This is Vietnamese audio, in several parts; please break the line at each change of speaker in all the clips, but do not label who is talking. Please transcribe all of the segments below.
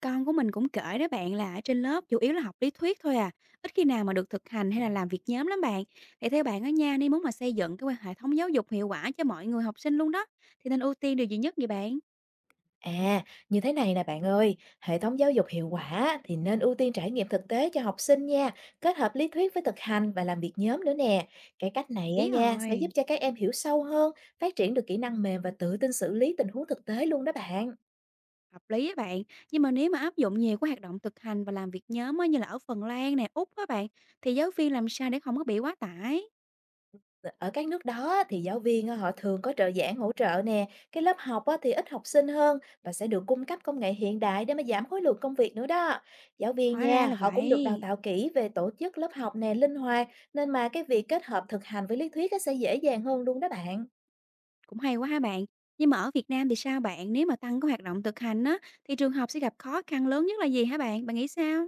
Con của mình cũng kể đó bạn là ở trên lớp chủ yếu là học lý thuyết thôi à, ít khi nào mà được thực hành hay là làm việc nhóm lắm bạn. Thì theo bạn ở nha, nếu muốn mà xây dựng cái quan hệ thống giáo dục hiệu quả cho mọi người học sinh luôn đó, thì nên ưu tiên điều gì nhất vậy bạn?
À, như thế này nè bạn ơi, hệ thống giáo dục hiệu quả thì nên ưu tiên trải nghiệm thực tế cho học sinh nha, kết hợp lý thuyết với thực hành và làm việc nhóm nữa nè. Cái cách này á
Ý
nha sẽ giúp
rồi,
cho các em hiểu sâu hơn, phát triển được kỹ năng mềm và tự tin xử lý tình huống thực tế luôn đó bạn.
hợp lý á bạn. Nhưng mà nếu mà áp dụng nhiều cái hoạt động thực hành và làm việc nhóm á, như là ở Phần Lan nè, Úc á bạn, thì giáo viên làm sao để không có bị quá tải?
Ở các nước đó á, thì giáo viên á, họ thường có trợ giảng hỗ trợ nè, cái lớp học á, thì ít học sinh hơn và sẽ được cung cấp công nghệ hiện đại để mà giảm khối lượng công việc nữa đó. Giáo viên
Hóa ra
nha,
là
họ cũng được đào
vậy,
tạo kỹ về tổ chức lớp học nè linh hoạt, nên mà cái việc kết hợp thực hành với lý thuyết á, sẽ dễ dàng hơn luôn đó bạn.
cũng hay quá ha bạn. Nhưng mà ở Việt Nam thì sao bạn? Nếu mà tăng cái hoạt động thực hành á, thì trường học sẽ gặp khó khăn lớn nhất là gì hả bạn? Bạn nghĩ sao?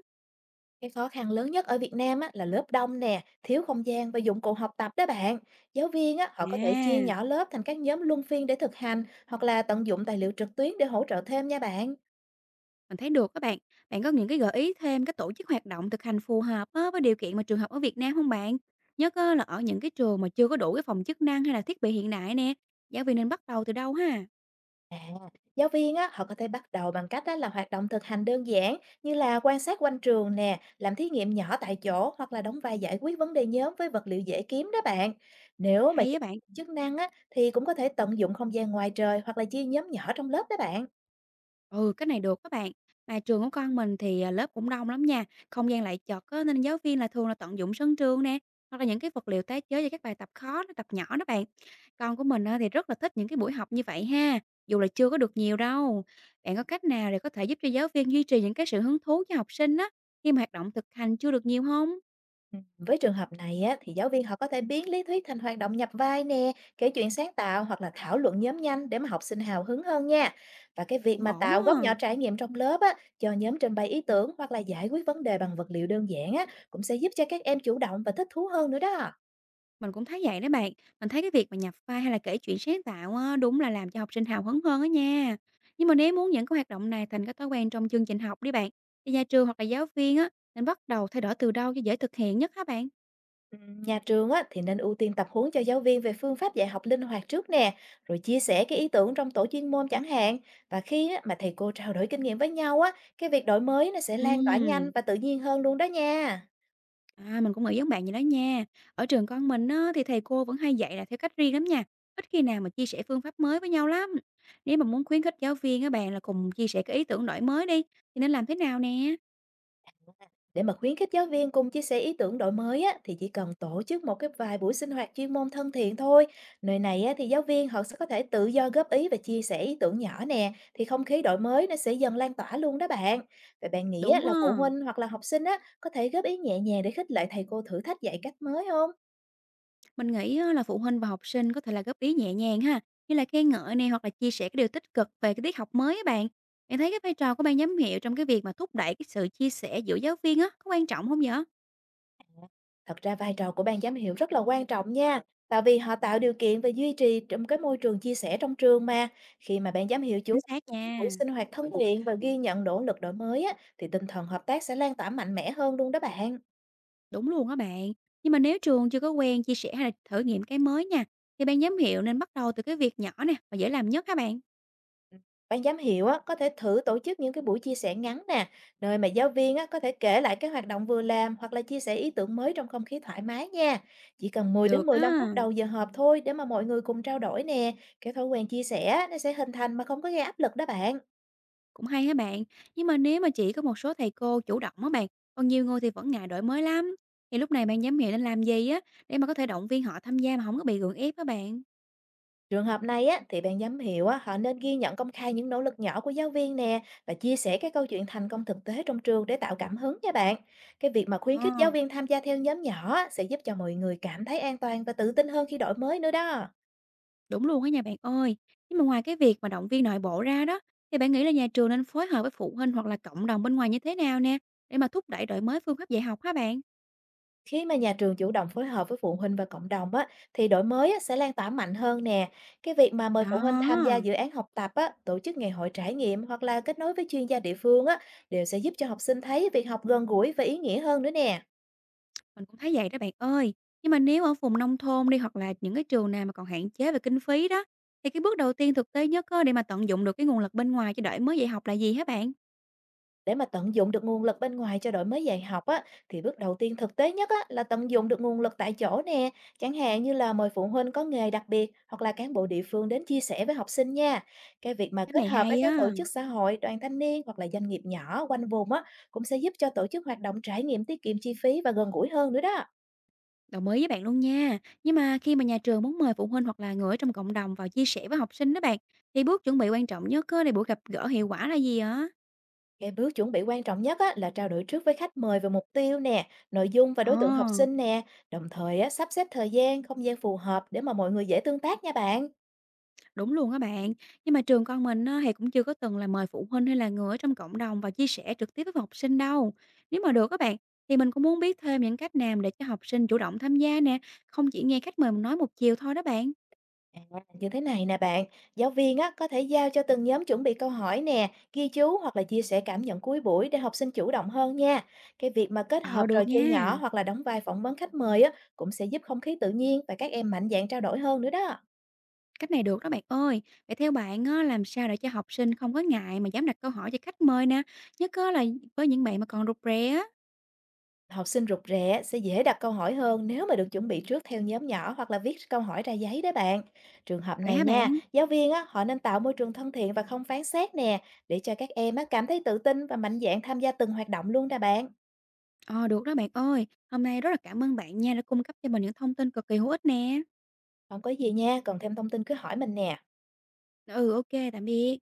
Cái khó khăn lớn nhất ở Việt Nam á, là lớp đông nè, thiếu không gian và dụng cụ học tập đó bạn. Giáo viên á, họ có thể chia
À,
nhỏ lớp thành các nhóm luân phiên để thực hành, hoặc là tận dụng tài liệu trực tuyến để hỗ trợ thêm nha bạn.
mình thấy được các bạn. Bạn có những cái gợi ý thêm cái tổ chức hoạt động thực hành phù hợp á, với điều kiện mà trường học ở Việt Nam không bạn? Nhất á, là ở những cái trường mà chưa có đủ cái phòng chức năng hay là thiết bị hiện đại nè, giáo viên nên bắt đầu từ đâu ha?
À, giáo viên á, họ có thể bắt đầu bằng cách á, là hoạt động thực hành đơn giản như là quan sát quanh trường nè, làm thí nghiệm nhỏ tại chỗ, hoặc là đóng vai giải quyết vấn đề nhóm với vật liệu dễ kiếm đó bạn. Nếu mà
Hay á
chức
bạn.
chức năng á, thì cũng có thể tận dụng không gian ngoài trời, hoặc là chia nhóm nhỏ trong lớp đó bạn.
Ừ, cái này được các bạn. Mà trường của con mình thì, à, lớp cũng đông lắm nha, không gian lại chật á, nên giáo viên là thường là tận dụng sân trường nè, hoặc là những cái vật liệu tái chế cho các bài tập khó đó, tập nhỏ đó bạn. Con của mình á, thì rất là thích những cái buổi học như vậy ha, dù là chưa có được nhiều đâu. Bạn có cách nào để có thể giúp cho giáo viên duy trì những cái sự hứng thú cho học sinh á, khi mà hoạt động thực hành chưa được nhiều không?
Với trường hợp này á, thì giáo viên họ có thể biến lý thuyết thành hoạt động nhập vai nè, kể chuyện sáng tạo, hoặc là thảo luận nhóm nhanh để mà học sinh hào hứng hơn nha. Và cái việc
Cũng
mà
ổn á.
tạo góc nhỏ trải nghiệm trong lớp á, cho nhóm trình bày ý tưởng hoặc là giải quyết vấn đề bằng vật liệu đơn giản á, cũng sẽ giúp cho các em chủ động và thích thú hơn nữa đó.
Mình cũng thấy vậy đó bạn. Mình thấy cái việc mà nhập vai hay là kể chuyện sáng tạo á, đúng là làm cho học sinh hào hứng hơn á nha. Nhưng mà nếu muốn những cái hoạt động này thành cái thói quen trong chương trình học đi bạn, thì nhà trường hoặc là giáo viên á, nên bắt đầu thay đổi từ đâu cho dễ thực hiện nhất hả bạn?
Nhà trường á, thì nên ưu tiên tập huấn cho giáo viên về phương pháp dạy học linh hoạt trước nè, rồi chia sẻ cái ý tưởng trong tổ chuyên môn chẳng hạn. Và khi á, mà thầy cô trao đổi kinh nghiệm với nhau á, cái việc đổi mới nó sẽ lan tỏa nhanh
Ừm,
và tự nhiên hơn luôn đó nha.
À, mình cũng nghĩ giống bạn vậy đó nha. Ở trường con mình á, thì thầy cô vẫn hay dạy là theo cách riêng lắm nha. Ít khi nào mà chia sẻ phương pháp mới với nhau lắm. Nếu mà muốn khuyến khích giáo viên á bạn là cùng chia sẻ cái ý tưởng đổi mới đi, thì nên làm thế nào nè?
Để mà khuyến khích giáo viên cùng chia sẻ ý tưởng đổi mới á, thì chỉ cần tổ chức một cái vài buổi sinh hoạt chuyên môn thân thiện thôi. Nơi này á, thì giáo viên họ sẽ có thể tự do góp ý và chia sẻ ý tưởng nhỏ nè, thì không khí đổi mới nó sẽ dần lan tỏa luôn đó bạn. Vậy bạn nghĩ á,
Đúng
là phụ
á.
huynh hoặc là học sinh á, có thể góp ý nhẹ nhàng để khích lệ thầy cô thử thách dạy cách mới không?
Mình nghĩ á là phụ huynh và học sinh có thể là góp ý nhẹ nhàng ha, như là khen ngợi này hoặc là chia sẻ cái điều tích cực về cái tiết học mới á bạn. Bạn thấy cái vai trò của ban giám hiệu trong cái việc mà thúc đẩy cái sự chia sẻ giữa giáo viên á, có quan trọng không vậy?
Thật ra vai trò của ban giám hiệu rất là quan trọng nha, tại vì họ tạo điều kiện và duy trì trong cái môi trường chia sẻ trong trường mà. Khi mà ban giám hiệu chủ
Chính
động
xác
các buổi
nha.
sinh hoạt thân thiện và ghi nhận nỗ lực đổi mới á, thì tinh thần hợp tác sẽ lan tỏa mạnh mẽ hơn luôn đó bạn.
Đúng luôn á bạn. Nhưng mà nếu trường chưa có quen chia sẻ hay là thử nghiệm cái mới nha, thì ban giám hiệu nên bắt đầu từ cái việc nhỏ nè và dễ làm nhất các bạn.
Ban giám hiệu á, có thể thử tổ chức những cái buổi chia sẻ ngắn nè, nơi mà giáo viên á, có thể kể lại cái hoạt động vừa làm, hoặc là chia sẻ ý tưởng mới trong không khí thoải mái nha. Chỉ cần 10 đến
Được
15 phút
á.
đầu giờ họp thôi, để mà mọi người cùng trao đổi nè, cái thói quen chia sẻ á, nó sẽ hình thành mà không có gây áp lực đó bạn.
Cũng hay hả bạn? Nhưng mà nếu mà chỉ có một số thầy cô chủ động á bạn, còn nhiều người thì vẫn ngại đổi mới lắm. Thì lúc này bạn giám hiệu nên làm gì á để mà có thể động viên họ tham gia mà không có bị gượng ép á bạn?
Trường hợp này á, thì ban giám hiệu á, họ nên ghi nhận công khai những nỗ lực nhỏ của giáo viên nè, và chia sẻ các câu chuyện thành công thực tế trong trường để tạo cảm hứng nha bạn. Cái việc mà khuyến khích giáo
Ờ,
viên tham gia theo nhóm nhỏ á, sẽ giúp cho mọi người cảm thấy an toàn và tự tin hơn khi đổi mới nữa đó.
đúng luôn á nha bạn ơi. Nhưng mà ngoài cái việc mà động viên nội bộ ra đó, thì bạn nghĩ là nhà trường nên phối hợp với phụ huynh hoặc là cộng đồng bên ngoài như thế nào nè để mà thúc đẩy đổi mới phương pháp dạy học hả bạn?
Khi mà nhà trường chủ động phối hợp với phụ huynh và cộng đồng á, thì đổi mới á, sẽ lan tỏa mạnh hơn nè. Cái việc mà mời
Ờ.
phụ huynh tham gia dự án học tập á, tổ chức ngày hội trải nghiệm, hoặc là kết nối với chuyên gia địa phương á, đều sẽ giúp cho học sinh thấy việc học gần gũi và ý nghĩa hơn nữa nè.
Mình cũng thấy vậy đó bạn ơi. Nhưng mà nếu ở vùng nông thôn đi hoặc là những cái trường nào mà còn hạn chế về kinh phí đó, thì cái bước đầu tiên thực tế nhất á, để mà tận dụng được cái nguồn lực bên ngoài cho đổi mới dạy học là gì hả bạn?
Để mà tận dụng được nguồn lực bên ngoài cho đổi mới dạy học á, thì bước đầu tiên thực tế nhất á, là tận dụng được nguồn lực tại chỗ nè, chẳng hạn như là mời phụ huynh có nghề đặc biệt, hoặc là cán bộ địa phương đến chia sẻ với học sinh nha. Cái việc mà
Cách
kết
này
hợp với
hay
các tổ
á,
chức xã hội, đoàn thanh niên, hoặc là doanh nghiệp nhỏ quanh vùng á, cũng sẽ giúp cho tổ chức hoạt động trải nghiệm tiết kiệm chi phí và gần gũi hơn nữa đó.
đồng ý với bạn luôn nha. Nhưng mà khi mà nhà trường muốn mời phụ huynh hoặc là người ở trong cộng đồng vào chia sẻ với học sinh đó bạn, thì bước chuẩn bị quan trọng nhất á, để buổi gặp gỡ hiệu quả là gì hả?
Cái bước chuẩn bị quan trọng nhất á, là trao đổi trước với khách mời về mục tiêu nè, nội dung và
Ờ.
đối tượng học sinh nè, đồng thời á, sắp xếp thời gian, không gian phù hợp để mà mọi người dễ tương tác nha bạn.
Đúng luôn á bạn, nhưng mà trường con mình á, thì cũng chưa có từng là mời phụ huynh hay là người ở trong cộng đồng và chia sẻ trực tiếp với học sinh đâu. Nếu mà được các bạn, thì mình cũng muốn biết thêm những cách nào để cho học sinh chủ động tham gia nè, không chỉ nghe khách mời mình nói một chiều thôi đó bạn.
À, như thế này nè bạn, giáo viên á, có thể giao cho từng nhóm chuẩn bị câu hỏi nè, ghi chú, hoặc là chia sẻ cảm nhận cuối buổi để học sinh chủ động hơn nha. Cái việc mà kết hợp
Ờ
trò
được
chơi nhỏ,
nha,
hoặc là đóng vai phỏng vấn khách mời á, cũng sẽ giúp không khí tự nhiên và các em mạnh dạn trao đổi hơn nữa đó.
cách này được đó bạn ơi. Vậy theo bạn á, làm sao để cho học sinh không có ngại mà dám đặt câu hỏi cho khách mời nè, nhất á là với những bạn mà còn rụt rè á.
Học sinh rụt rè sẽ dễ đặt câu hỏi hơn nếu mà được chuẩn bị trước theo nhóm nhỏ, hoặc là viết câu hỏi ra giấy đó bạn. Trường hợp
Vậy
này
hả
nha,
bạn?
giáo viên á, họ nên tạo môi trường thân thiện và không phán xét nè, để cho các em á, cảm thấy tự tin và mạnh dạn tham gia từng hoạt động luôn đó bạn.
Ờ được đó bạn ơi, hôm nay rất là cảm ơn bạn nha đã cung cấp cho mình những thông tin cực kỳ hữu ích nè.
Hông có gì nha, cần thêm thông tin cứ hỏi mình nè.
Ừ ok, tạm biệt.